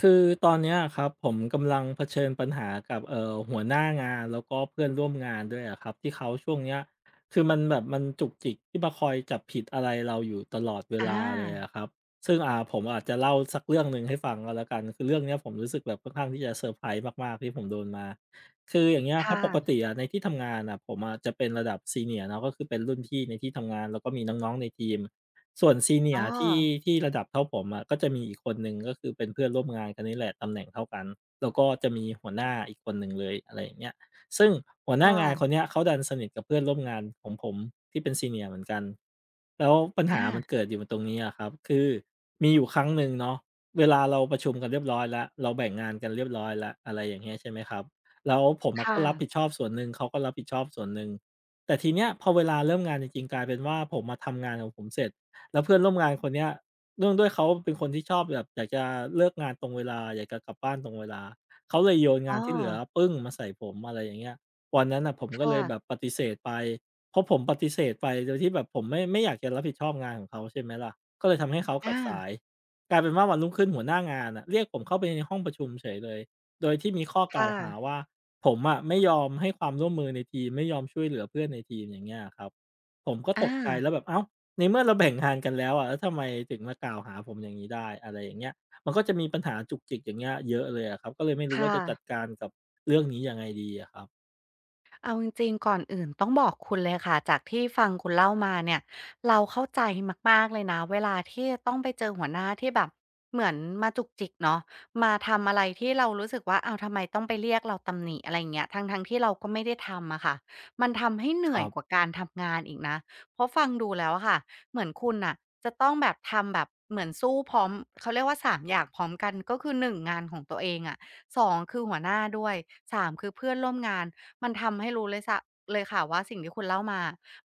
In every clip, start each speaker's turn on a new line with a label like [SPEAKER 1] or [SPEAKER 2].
[SPEAKER 1] คือตอนเนี้ยครับผมกำลังเผชิญปัญหากับหัวหน้างานแล้วก็เพื่อนร่วมงานด้วยอะครับที่เขาช่วงเนี้ยคือมันแบบมันจุกจิกที่มาคอยจับผิดอะไรเราอยู่ตลอดเว
[SPEAKER 2] อ
[SPEAKER 1] ลาเลย
[SPEAKER 2] า
[SPEAKER 1] อะครับซึ่งผมอาจจะเล่าสักเรื่องหนึ่งให้ฟังก็แล้วกันคือเรื่องเนี้ยผมรู้สึกแบบค่อนข้างที่จะเซอร์ไพรส์มากๆที่ผมโดนมาคืออย่างเงี้ย
[SPEAKER 2] ค
[SPEAKER 1] ครับปกติ
[SPEAKER 2] ่ะ
[SPEAKER 1] อะในที่ทำงานอะผมอะจะเป็นระดับ Senior เนยร์เนาะก็คือเป็นรุ่นพี่ในที่ทำงานแล้วก็มีน้องๆในทีม ส่วน
[SPEAKER 2] อ๋อ
[SPEAKER 1] senior ที่ที่ระดับเท่าผมอะก็จะมีอีกคนหนึ่งก็คือเป็นเพื่อนร่วมงานกันนี่แหละตำแหน่งเท่ากันแล้วก็จะมีหัวหน้าอีกคนหนึ่งเลยอะไรอย่างเงี้ยซึ่งหัวห
[SPEAKER 2] ค
[SPEAKER 1] น้างานคน
[SPEAKER 2] ่ะ
[SPEAKER 1] เนี้ยเขาดันสนิทกับเพื่อนร่วมงานของผมที่เป็น senior เนียร์เหมือนกันแล้วปัญหามัน
[SPEAKER 2] อา
[SPEAKER 1] เกิดอยู่ตรงนี้อะครับคือมีอยู่ครั้งหนึ่งเนาะเวลาเราประชุมกันเรียบร้อยแล้วเราแบ่งงานกันเรียบร้อยแล้วอะไรอย่างเงี้ยใช่ไหมครับแล้วผมอะก็
[SPEAKER 2] ค่ะ
[SPEAKER 1] รับผิดชอบส่วนหนึ่งเขาก็รับผิดชอบส่วนหนึ่งแต่ทีเนี้ยพอเวลาเริ่มงานจริงๆกลายเป็นว่าผมอะทำงานของผมเสร็จ แล้วเพื่อนร่วมงานคนเนี้ยเนื่องด้วยเขาเป็นคนที่ชอบแบบอยากจะเลิกงานตรงเวลาอยากจะกลับบ้านตรงเวลาเขาเลยโยน
[SPEAKER 2] อ๋
[SPEAKER 1] งา
[SPEAKER 2] อ
[SPEAKER 1] นที่เหลือปึ้งมาใส่ผมอะไรอย่างเงี้ยวันนั้นน่ะผมก็เล
[SPEAKER 2] ค่ะ
[SPEAKER 1] ยแบบปฏิเสธไปเพราะผมปฏิเสธไปโดยที่แบบผมไม่อยากจะรับผิดชอบงานของเขาใช่ไหมล่ะก็เลยทำให้เขากลับ
[SPEAKER 2] อา
[SPEAKER 1] สายกลายเป็นว่าวันรุ่งขึ้นหัวหน้างานน่ะเรียกผมเข้าไปในห้องประชุมเฉยเลยโดยที่มีข้อกล่าว
[SPEAKER 2] ค่ะ
[SPEAKER 1] หาว่าผมอะไม่ยอมให้ความร่วมมือในทีมไม่ยอมช่วยเหลือเพื่อนในทีมอย่างเงี้ยอะครับผมก็ตกใจ
[SPEAKER 2] อา
[SPEAKER 1] แล้วแบบอ้าว ในเมื่อเราแบ่งงานกันแล้วอะแล้วทำไมถึงมากล่าวหาผมอย่างนี้ได้อะไรอย่างเงี้ยมันก็จะมีปัญหาจุกจิกอย่างเงี้ยเยอะเลยอะครับก็เลยไม่รู้ว่า
[SPEAKER 2] ค่ะ
[SPEAKER 1] จะจัดการกับเรื่องนี้ยังไงดีอะครับ
[SPEAKER 2] เอาจริงๆก่อนอื่นต้องบอกคุณเลยค่ะจากที่ฟังคุณเล่ามาเนี่ยเราเข้าใจมากๆเลยนะเวลาที่ต้องไปเจอหัวหน้าที่แบบเหมือนมาจุกจิกเนาะมาทำอะไรที่เรารู้สึกว่าเอาวทำไมต้องไปเรียกเราตำหนิอะไรเงี้ยทั้งๆทที่เราก็ไม่ได้ทำอะค่ะมันทำให้เห
[SPEAKER 1] ค
[SPEAKER 2] นื่อ
[SPEAKER 1] รั
[SPEAKER 2] ย
[SPEAKER 1] บ
[SPEAKER 2] กว่าการทำงานอีกนะเพราะฟังดูแล้วอะค่ะเหมือนคุณน่ะจะต้องแบบทำแบบเหมือนสู้พร้อมเขาเรียกว่า3อย่างพร้อมกันก็คือหนึ่งงานของตัวเองอะสองคือหัวหน้าด้วยสามคือเพื่อนร่วมงาน มันทำให้รู้เลยสะเลยค่ะว่าสิ่งที่คุณเล่ามา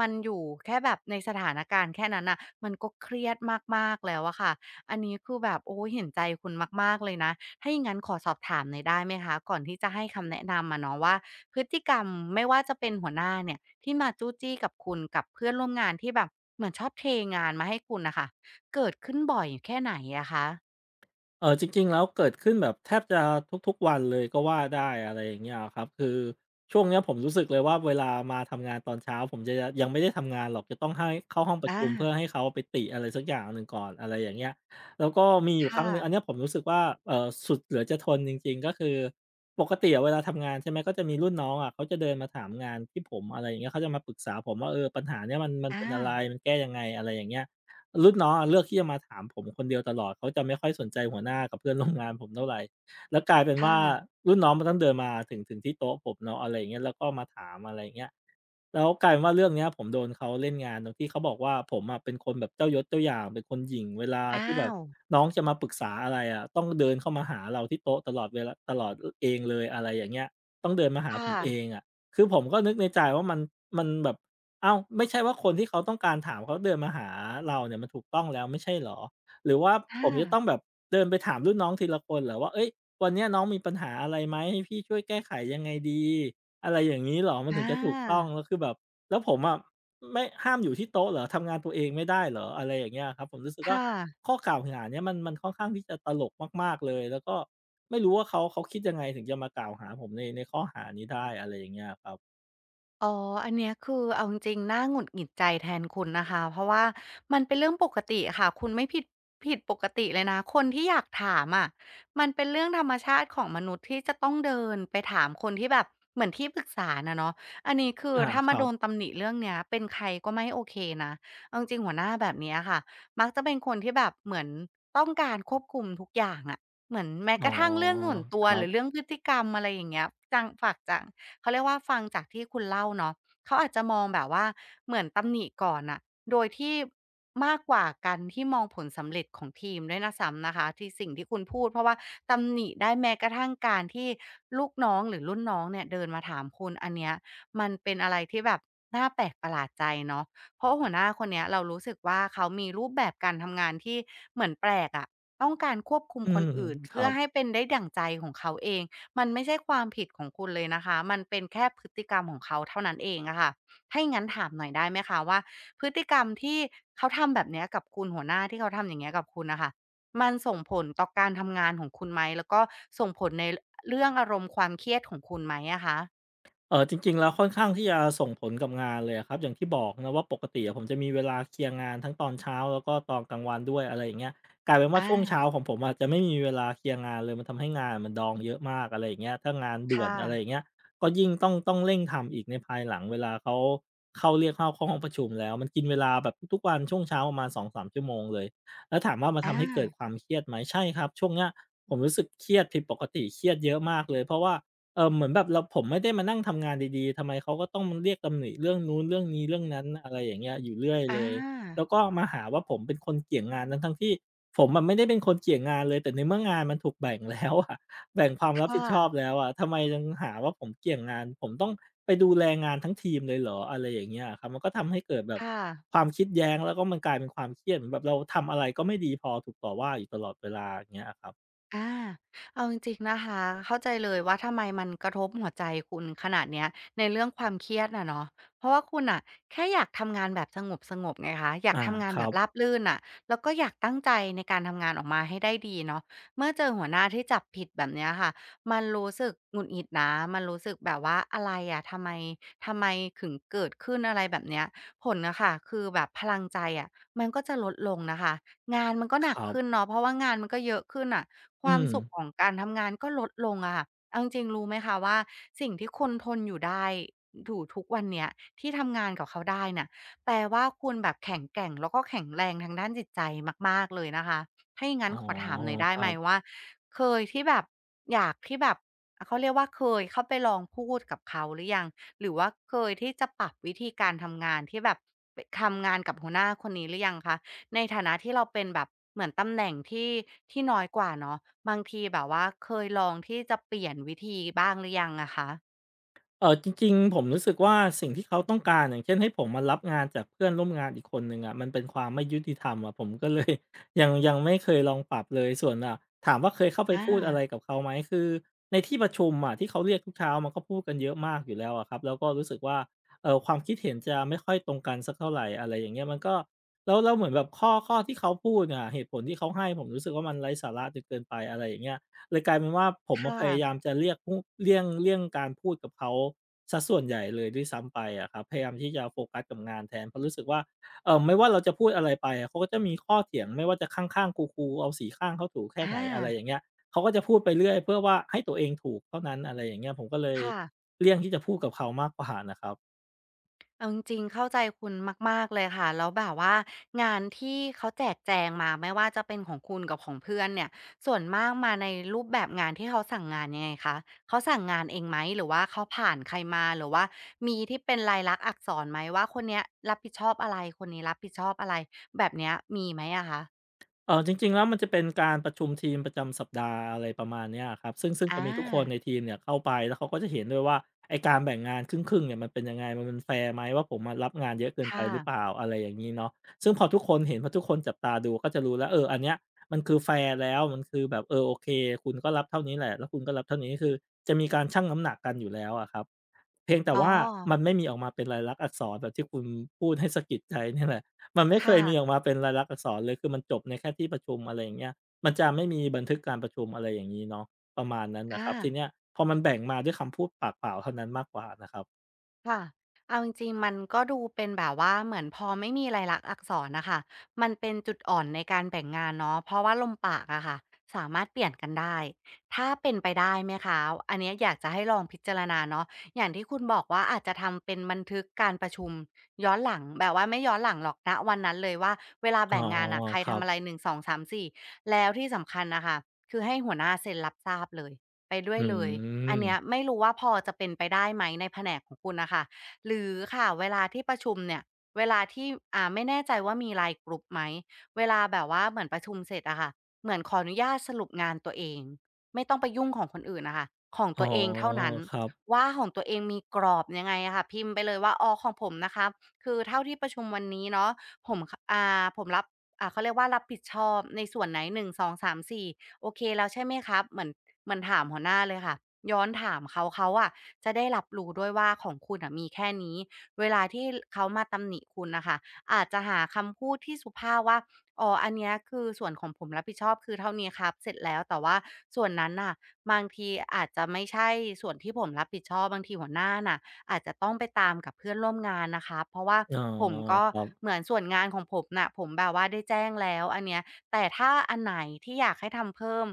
[SPEAKER 2] มันอยู่แค่แบบในสถานการณ์แค่นั้นน่ะมันก็เครียดมากๆแล้วอะค่ะ อันนี้คือแบบโอ้เห็นใจคุณมากๆเลยนะถ้าอย่างงั้นขอสอบถามหน่อยได้ไหมคะก่อนที่จะให้คำแนะนำอะเนาะว่าพฤติกรรมไม่ว่าจะเป็นหัวหน้าเนี่ยที่มาจู้จี้กับคุณกับเพื่อนร่วมงานที่แบบเหมือนชอบเทงานมาให้คุณน่ะค่ะเกิดขึ้นบ่อยแค่ไหนอะคะ
[SPEAKER 1] เออจริงๆแล้วเกิดขึ้นแบบแทบจะทุกๆวันเลยก็ว่าได้อะไรอย่างเงี้ยครับคือช่วงเนี้ยผมรู้สึกเลยว่าเวลามาทำงานตอนเช้าผมจะยังไม่ได้ทำงานหรอกจะต้องให้เข้าห้องประ
[SPEAKER 2] อา
[SPEAKER 1] ชุมเพื่อให้เขาไปติอะไรสักอย่างหนึ่งก่อนอะไรอย่างเงี้ยแล้วก็มีอยู่ครั้
[SPEAKER 2] ค่ะ
[SPEAKER 1] งหนึ่งอันเนี้ยผมรู้สึกว่าเออสุดเหลือจะทนจริงๆก็คือปกติอะเวลาทำงานใช่ไหมก็จะมีรุ่นน้องอะเขาจะเดินมาถามงานที่ผมอะไรอย่างเงี้ยเขาจะมาปรึกษาผมว่าเออปัญหาเนี้ยมันเป็
[SPEAKER 2] อา
[SPEAKER 1] นอะไรมันแก้ยังไงอะไรอย่างเงี้ย รุ่นน้องอะเลือกที่จะมาถามผมคนเดียวตลอดเขาจะไม่ค่อยสนใจหัวหน้ากับเพื่อนร่วมงานผมเท่าไรแล้วกลายเป็น
[SPEAKER 2] ค่ะ
[SPEAKER 1] ว่ารุ่นน้องมันต้องเดินมาถึงที่โต๊ะผมเนาะอะไรอย่างเงี้ยแล้วก็มาถามอะไรอย่างเงี้ย แล้วกลายเป็นว่าเรื่องเนี้ยผมโดนเขาเล่นงานตรงที่เขาบอกว่าผมอะเป็นคนแบบเจ้ายศเจ้าอย่างเป็นคนหยิ่งเวลา
[SPEAKER 2] อ้า
[SPEAKER 1] ที่แบบ
[SPEAKER 2] ว
[SPEAKER 1] น้องจะมาปรึกษาอะไรอะต้องเดินเข้ามาหาเราที่โต๊ะตลอดเวลาตลอดอเองเลยอะไรอย่างเงี้ยต้องเดินมาหาผ
[SPEAKER 2] ค่ะ
[SPEAKER 1] มเองอะคือผมก็นึกในใจว่ามันมันแบบอ้าวไม่ใช่ว่าคนที่เขาต้องการถามเขาเดินมาหาเราเนี่ยมันถูกต้องแล้วไม่ใช่เหรอหรือว่า
[SPEAKER 2] อา
[SPEAKER 1] ผมจะต้องแบบเดินไปถามรุ่นน้องทีละคนเหรอว่าเฮ้ยวันเนี้ยน้องมีปัญหาอะไรไหมให้พี่ช่วยแก้ไขยังไงดี อะไรอย่างงี้เหรอมัน
[SPEAKER 2] อ
[SPEAKER 1] ถึงจะถูกต้อง
[SPEAKER 2] า
[SPEAKER 1] แล้วคือแบบแล้วผมอะไม่ห้ามอยู่ที่โต๊ะเหรอทำงานตัวเองไม่ได้เหรออะไรอย่างเงี้ยครับผมรู้สึกว่า
[SPEAKER 2] ค่ะ
[SPEAKER 1] ข้อกล่าวหาเนี่ยมันค่อนข้างที่จะตลกมากๆเลยแล้วก็ไม่รู้ว่าเขาคิดยังไงถึงจะมากล่าวหาผมในข้อหานี้ได้อะไรอย่างเงี้ยครับ
[SPEAKER 2] อ๋ออันเนี้ยคือเอาจริงๆน่าหงุดหงิดใจแทนคุณนะคะเพราะว่ามันเป็นเรื่องปกติค่ะคุณไม่ผิดผิดปกติเลยนะคนที่อยากถามอะมันเป็นเรื่องธรรมชาติของมนุษย์ที่จะต้องเดินไปถามคนที่แบบเหมือนที่ปรึกษาน่ะเนาะอันนี้คือ
[SPEAKER 1] อา
[SPEAKER 2] ถ้า
[SPEAKER 1] ค
[SPEAKER 2] มา
[SPEAKER 1] รั
[SPEAKER 2] โดน
[SPEAKER 1] บ
[SPEAKER 2] ตำหนิเรื่องเนี้ยเป็นใครก็ไม่โอเคนะเอาจริงๆหัวหน้าแบบเนี้ยค่ะมักจะเป็นคนที่แบบเหมือนต้องการควบคุมทุกอย่างอะเหมือนแม้
[SPEAKER 1] อ๋
[SPEAKER 2] ก
[SPEAKER 1] อ
[SPEAKER 2] ระทั่งเรื่องส่วนตั
[SPEAKER 1] ค
[SPEAKER 2] ว
[SPEAKER 1] รั
[SPEAKER 2] หรือ
[SPEAKER 1] บ
[SPEAKER 2] เรื่องพฤติกรรมอะไรอย่างเงี้ยจังฝากจัง เขาเรียกว่าฟังจากที่คุณเล่าเนาะเขาอาจจะมองแบบว่าเหมือนตำหนิก่อนน่ะโดยที่มากกว่าการที่มองผลสำเร็จของทีมด้วยนะซ้ำนะคะที่สิ่งที่คุณพูดเพราะว่าตำหนิได้แม้กระทั่งการที่ลูกน้องหรือรุ่นน้องเนี่ยเดินมาถามคุณอันเนี้ยมันเป็นอะไรที่แบบน่าแปลกประหลาดใจเนาะเพราะหัวหน้าคนเนี้ยเรารู้สึกว่าเขามีรูปแบบการทำงานที่เหมือนแปลกอะต้องการควบคุม
[SPEAKER 1] อื
[SPEAKER 2] คน
[SPEAKER 1] ม
[SPEAKER 2] อื่น
[SPEAKER 1] ครั
[SPEAKER 2] เพื่อให้
[SPEAKER 1] บ
[SPEAKER 2] เป็นได้ดั่งใจของเขาเอง มันไม่ใช่ความผิดของคุณเลยนะคะมันเป็นแค่พฤติกรรมของเขาเท่านั้นเองอะค่ะถ้าอย่างงั้นถามหน่อยได้ไหมคะว่าพฤติกรรมที่เขาทำแบบเนี้ยกับคุณหัวหน้าที่เขาทำอย่างเงี้ยกับคุณน่ะค่ะมันส่งผลต่อการทำงานของคุณไหมแล้วก็ส่งผลในรเรื่องอารมณ์ความเครียดของคุณไหมอะคะ
[SPEAKER 1] จริงๆแล้วค่อนข้างที่จะส่งผลกับงานเลยอะครับอย่างที่บอกนะว่าปกติอะผมจะมีเวลาเคลียร์งานทั้งตอนเช้าแล้วก็ตอนกลางวันด้วยอะไรอย่างเงี้ยกลายเป็นว่าช่วง
[SPEAKER 2] อา
[SPEAKER 1] เช้าของผมอาจจะไม่มีเวลาเคลียร์งานเลยมันทำให้งานมันดองเยอะมากอะไรอย่างเงี้ยถ้างานด่วน
[SPEAKER 2] ค่ะ
[SPEAKER 1] อะไรอย่างเงี้ยก็ยิ่งต้องเร่งทำอีกในภายหลังเวลาเขาเข้าเรียกเข้าเข้าห้องประชุมแล้วมันกินเวลาแบบทุกๆวันช่วงเช้าประมาณสองสามชั่วโมงเลยแล้วถามว่ามาทำให้เกิด
[SPEAKER 2] อา
[SPEAKER 1] ความเครียดไหมใช่ครับช่วงเนี้ยผมรู้สึกเครียดผิดปกติเครียดเยอะมากเลยเพราะว่า เหมือนแบบเราผมไม่ได้มานั่งทำงานดีๆ ทำไมเขาก็ต้องาเรียกตำหนิเรื่องนู้นเรื่องนี้เรื่องนั้นอะไรอย่างเงี้ยอยู่เรื่อยเล
[SPEAKER 2] อา
[SPEAKER 1] ย แล้วก็มาหาว่าผมเป็นคนเกี่ยงงานทั้งๆที่ผมอะไม่ได้เป็นคนเกี่ยงงานเลยแต่ในเมื่องานมันถูกแบ่งแล้วอะ แบ่งความรับผิ
[SPEAKER 2] ค่ะ
[SPEAKER 1] ดชอบแล้วอะทำไมยังหาว่าผมเกี่ยงงานผมต้องไปดูแลงานทั้งทีมเลยเหรออะไรอย่างเงี้ยอะครับมันก็ทำให้เกิดแบบ
[SPEAKER 2] ค่ะ
[SPEAKER 1] ความคิดแย้งแล้วก็มันกลายเป็นความเครียดเหมือนแบบเราทำอะไรก็ไม่ดีพอถูกต่อว่าอยู่ตลอดเวลาอย่างเงี้ยอะครับ
[SPEAKER 2] อาเอาจริงๆนะคะ เข้าใจเลยว่าทำไมมันกระทบหัวใจคุณขนาดเนี้ยในเรื่องความเครียดน่ะเนาะเพราะว่าคุณน่ะแค่อยากทำงานแบบสงบๆไงคะ อยาก
[SPEAKER 1] อา
[SPEAKER 2] ทำงา
[SPEAKER 1] ค
[SPEAKER 2] นแบ
[SPEAKER 1] รั
[SPEAKER 2] บ
[SPEAKER 1] บ
[SPEAKER 2] ราบรื่นน่ะแล้วก็อยากตั้งใจในการทำงานออกมาให้ได้ดีเนาะเมื่อเจอหัวหน้าที่จับผิดแบบเนี้ยค่ะมันรู้สึกหงุดหงิดนะมันรู้สึกแบบว่าอะไรอะทำไมทำไมถึงเกิดขึ้นอะไรแบบเนี้ยผลน่ะค่ะคือแบบพลังใจอะมันก็จะลดลงนะคะ งานมันก็ห
[SPEAKER 1] ค
[SPEAKER 2] นัก
[SPEAKER 1] รั
[SPEAKER 2] ขึ้น
[SPEAKER 1] บ
[SPEAKER 2] เนาะเพราะว่างานมันก็เยอะขึ้นน่ะค
[SPEAKER 1] อื
[SPEAKER 2] วาม
[SPEAKER 1] ม
[SPEAKER 2] สุขของการทำงานก็ลดลงอะค่ะเอาจริงๆรู้ไหมคะว่าสิ่งที่คุณทนอยู่ได้อยู่ทุกวันเนี้ยที่ทำงานกับเขาได้น่ะแปลว่าคุณแบบแข็งแกร่งแล้วก็แข็งแรงทางด้านจิตใจมากๆเลยนะคะถ้าอย่างงั้
[SPEAKER 1] อ๋
[SPEAKER 2] น
[SPEAKER 1] อ
[SPEAKER 2] ขอถามหน่อยได้
[SPEAKER 1] ครั
[SPEAKER 2] ไหม
[SPEAKER 1] บ
[SPEAKER 2] ว่าเคยที่แบบอยากที่แบบเขาเรียกว่าเคยเข้าไปลองพูดกับเขาหรือยังหรือว่าเคยที่จะปรับวิธีการทำงานที่แบบปทำงานกับหัวหน้าคนนี้หรือยังคะ ในฐานะที่เราเป็นแบบเหมือนตำแหน่งที่ที่น้อยกว่าเนาะบางทีแบบว่าเคยลองที่จะเปลี่ยนวิธีบ้างหรือยังอะคะ
[SPEAKER 1] จริงๆผมรู้สึกว่าสิ่งที่เขาต้องการอย่างเช่นให้ผมมารับงานจากเพื่อนร่วมงานอีกคนหนึ่งอะมันเป็นความไม่ยุติธรรมอะผมก็เลย ยังไม่เคยลองปรับเลยส่วนอ่ะถามว่าเคยเข้าไป
[SPEAKER 2] อ
[SPEAKER 1] พูดอะไร
[SPEAKER 2] า
[SPEAKER 1] กับเขาไหมคือในที่ประชุมอะที่เขาเรียกทุกเช้ามันก็พูดกันเยอะมากอยู่แล้วอะครับแล้วก็รู้สึกว่าความคิดเห็นจะไม่ค่อยตรงกันสักเท่าไหรอะไรอย่างเงี้ยมันก็แล้วเหมือนแบบข้อที่เขาพูดอะเหตุผลที่เขาให้ผมรู้สึกว่ามันไร้สาระจนเกินไปอะไรอย่างเงี้ย เลยกลายเป็นว่าผมมาพ
[SPEAKER 2] ค่ะ
[SPEAKER 1] ยายามจะเรียกพูเลี่ยงเลี่ยงการพูดกับเขาส่วนใหญ่เลยด้วยซ้ำไปอะครับพยายามที่จะโฟกัสกับงานแทนเพราะรู้สึกว่าไม่ว่าเราจะพูดอะไรไปอะเขาก็จะมีข้อเถียงไม่ว่าจะข้างๆกูๆเอาสีข้างเข้าถูแค่ไห
[SPEAKER 2] อา
[SPEAKER 1] นอะไรอย่างเงี้ยเขาก็จะพูดไปเรื่อยเพื่อว่าให้ตัวเองถูกเท่านั้นอะไรอย่างเงี้ยผมก็เลย
[SPEAKER 2] ค่ะ
[SPEAKER 1] เลี่ยงที่จะพูดกับเขามากกว่าน่ะครับ
[SPEAKER 2] เอาจริงๆเข้าใจคุณมากๆเลยค่ะแล้วแบบว่างานที่เขาแจกแจงมาไม่ว่าจะเป็นของคุณกับของเพื่อนเนี่ยส่วนมากมาในรูปแบบงานที่เขาสั่งงานยังไงคะเขาสั่งงานเองไหมหรือว่าเขาผ่านใครมาหรือว่ามีที่เป็นลายลักษณ์อักษรไหมว่าคนเนี้ยรับผิดชอบอะไรคนนี้รับผิดชอบอะไรแบบเนี้ยมีไหมอะคะ
[SPEAKER 1] จริงๆแล้วมันจะเป็นการประชุมทีมประจำสัปดาห์อะไรประมาณเนี้ยครับซึ่งจะ
[SPEAKER 2] อา
[SPEAKER 1] มีทุกคนในทีมเนี่ยเข้าไปแล้วเขาก็จะเห็นด้วยว่าไอการแบ่งงานครึ่งๆเนี่ยมันเป็นยังไงมันเป็นแฟร์ไหมว่าผมอะรับงานเยอะเกินไป
[SPEAKER 2] ค่ะ
[SPEAKER 1] หรือเปล่าอะไรอย่างนี้เนาะซึ่งพอทุกคนจับตาดูก็จะรู้แล้วเอออันเนี้ยมันคือแฟร์แล้วมันคือแบบเออโอเคคุณก็รับเท่านี้แหละแล้วคุณก็รับเท่านี้คือจะมีการชั่งน้ำหนักกันอยู่แล้วอะครับ เพียงแต่
[SPEAKER 2] อ๋อ
[SPEAKER 1] ว่ามันไม่มีออกมาเป็นลายลักษณ์อักษรแบบที่คุณพูดให้สะกิดใจเนี่ยแหละมันไม่เค
[SPEAKER 2] ค่ะ
[SPEAKER 1] ยมีออกมาเป็นลายลักษณ์อักษรเลยคือมันจบในแค่ที่ประชุมอะไรอย่างเงี้ยมันจะไม่มีบันทึกการประชุมอะไรอย่างงี้เนาะประมาณนั้นน่ะค
[SPEAKER 2] อา
[SPEAKER 1] รับทีเนี้ยพอมันแบ่งมาด้วยคำพูดปากเปล่าเท่านั้นมากกว่านะครับ
[SPEAKER 2] ค่ะเอาจริงๆ มันก็ดูเป็นแบบว่าเหมือนพอไม่มีลายลักษณ์อักษรนะคะมันเป็นจุดอ่อนในการแบ่งงานเนาะเพราะว่าลมปากอะค่ะสามารถเปลี่ยนกันได้ ถ้าเป็นไปได้ไหมคะ อันเนี้ยอยากจะให้ลองพิจารณาเนาะอย่างที่คุณบอกว่าอาจจะทำเป็นบันทึกการประชุมย้อนหลัง แบบว่าไม่ย้อนหลังหรอกนะวันนั้นเลยว่าเวลา
[SPEAKER 1] อ๋อ
[SPEAKER 2] แบ่งงานอะใคร
[SPEAKER 1] ครั
[SPEAKER 2] ทำ
[SPEAKER 1] บ
[SPEAKER 2] อะไรหนึ่งสองสามสี่แล้วที่สำคัญนะคะคือให้หัวหน้าเซ็นรับทราบเลยไปด้ว
[SPEAKER 1] อื
[SPEAKER 2] ยเลย อันเนี้ย
[SPEAKER 1] ม
[SPEAKER 2] ไม่รู้ว่าพอจะเป็นไปได้ไหมในแผนกของคุณนะคะหรือค่ะเวลาที่ประชุมเนี่ยเวลาที่ไม่แน่ใจว่ามี LINE กรุ๊ปไหมเวลาแบบว่าเหมือนประชุมเสร็จอะค่ะเหมือนขออนุญาตสรุปงานตัวเองไม่ต้องไปยุ่งของคนอื่นน่ะค่ะของ
[SPEAKER 1] อ๋อ
[SPEAKER 2] ตัวเองเท่านั้น
[SPEAKER 1] ครับ
[SPEAKER 2] ว่าของตัวเองมีกรอบยังไงอะค่ะพิมพ์ไปเลยว่าอ๋อของผมนะครับคือเท่าที่ประชุมวันนี้เนาะผมคผมรับเขาเรียกว่ารับผิดชอบในส่วนไหน1 2 3 4 โอเคแล้วใช่ไหมครับเหมือนเหมือนถามหัวหน้าเลยค่ะย้อนถามเขาเขาอะจะได้รับรู้ด้วยว่าของคุณอ่ะมีแค่นี้เวลาที่เขามาตำหนิคุณนะคะอาจจะหาคำพูดที่สุภาพว่าอ๋ออันเนี้ยคือส่วนของผมรับผิดชอบคือเท่านี้ครับเสร็จแล้วแต่ว่าส่วนนั้นน่ะบางทีอาจจะไม่ใช่ส่วนที่ผมรับผิดชอบบางทีหัวหน้าน่ะ อาจจะต้องไปตามกับเพื่อนร่วมงานนะคะเพราะว่า
[SPEAKER 1] อ๋อ
[SPEAKER 2] ผมก็
[SPEAKER 1] ครั
[SPEAKER 2] เห
[SPEAKER 1] บ
[SPEAKER 2] มือนส่วนงานของผมน่ะผมแบบว่าได้แจ้งแล้วอันเนี้ยแต่ถ้าอันไหนที่อยากให้ทำเพิ่ม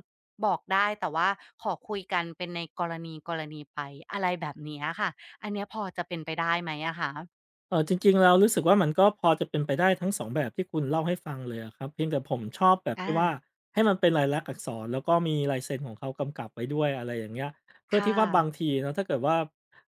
[SPEAKER 2] บอกได้แต่ว่าขอคุยกันเป็นในกรณีไปอะไรแบบเนี้ยค่ะอันเนี้ยพอจะเป็นไปได้ไหมอะคะ
[SPEAKER 1] จริงๆเรารู้สึกว่ามันก็พอจะเป็นไปได้ทั้งสองแบบที่คุณเล่าให้ฟังเลยอะครับเพียงแต่ผมชอบแบบ
[SPEAKER 2] อา
[SPEAKER 1] ที่ว่าให้มันเป็นลายลักษณ์อักษรแล้วก็มีลายเซ็นของเขากำกับไว้ด้วยอะไรอย่างเงี้ยเพื่อที่
[SPEAKER 2] ค่ะ
[SPEAKER 1] ว่าบางทีเนาะถ้าเกิดว่า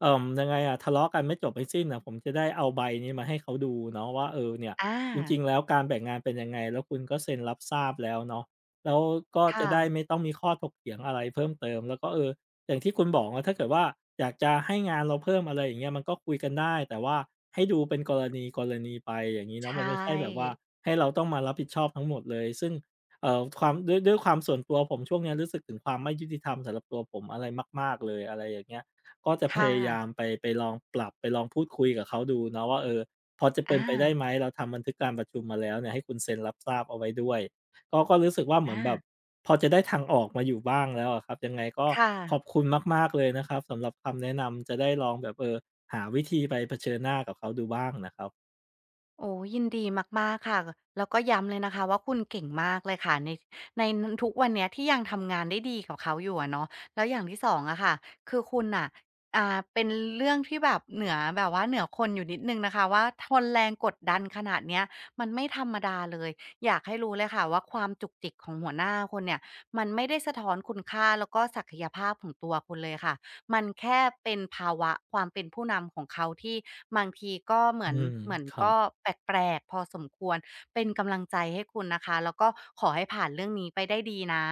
[SPEAKER 1] ยังไงอะทะเลาะกันไม่จบไม่สิ้นอะผมจะได้เอาใบนี้มาให้เขาดูเนาะว่าเออเนี่ย
[SPEAKER 2] อา
[SPEAKER 1] จริงๆแล้วการแบ่งงานเป็นยังไงแล้วคุณก็เซ็นรับทราบแล้วเนาะแล้วก็จะ
[SPEAKER 2] ค่ะ
[SPEAKER 1] ได้ไม่ต้องมีข้อถกเถียงอะไรเพิ่มเติมแล้วก็เออ อย่างที่คุณบอกว่าถ้าเกิดว่าอยากจะให้งานเราเพิ่มอะไรอย่างเงี้ยมันก็คุยกันได้แต่ว่าให้ดูเป็นกรณีไปอย่างนี้
[SPEAKER 2] ใช
[SPEAKER 1] เนาะมันไม่ใช่แบบว่า
[SPEAKER 2] ่
[SPEAKER 1] ให้เราต้องมารับผิดชอบทั้งหมดเลยซึ่งความด้วยความส่วนตัวผมช่วงเนี้ยรู้สึกถึงความไม่ยุติธรรมสำหรับตัวผมอะไรมากๆเลยอะไรอย่างเงี้ยก็จะพ
[SPEAKER 2] ค่ะ
[SPEAKER 1] ยายามไปลองปรับไปลองพูดคุยกับเขาดูเนาะว่าเออพอจะเป็
[SPEAKER 2] อา
[SPEAKER 1] นไปได้ไหมเราทำบันทึกการประชุมมาแล้วเนี่ยให้คุณเซ็นรับทราบเอาไว้ด้วยก็รู้สึกว่าเหมือ
[SPEAKER 2] อา
[SPEAKER 1] นแบบ พอจะได้ทางออกมาอยู่บ้างแล้วอะครับยังไงก็
[SPEAKER 2] ค่ะ
[SPEAKER 1] ขอบคุณมากๆเลยนะครับสำหรับคำแนะนำจะได้ลองแบบเออหาวิธีไปเผชิญหน้ากับเขาดูบ้างนะครับ
[SPEAKER 2] โอ้ยินดีมากๆค่ะแล้วก็ย้ำเลยนะคะว่าคุณเก่งมากเลยค่ะในในทุกวันเนี้ยที่ยังทำงานได้ดีกับเขาอยู่อะเนาะแล้วอย่างที่สองอะค่ะคือคุณอะเป็นเรื่องที่แบบเหนือแบบว่าเหนือคนอยู่นิดนึงนะคะว่าทนแรงกดดันขนาดเนี้ยมันไม่ธรรมดาเลยอยากให้รู้เลยค่ะว่าความจุกจิกของหัวหน้าคนเนี่ยมันไม่ได้สะท้อนคุณค่าแล้วก็ศักยภาพของตัวคุณเลยค่ะ มันแค่เป็นภาวะความเป็นผู้นำของเขาที่บางทีก็เหมื
[SPEAKER 1] อื
[SPEAKER 2] อน
[SPEAKER 1] ม
[SPEAKER 2] เหมือน
[SPEAKER 1] ครั
[SPEAKER 2] ก็
[SPEAKER 1] บ
[SPEAKER 2] แปลกๆพอสมควรเป็นกำลังใจให้คุณนะคะแล้วก็ขอให้ผ่านเรื่องนี้ไปได้ดีนะ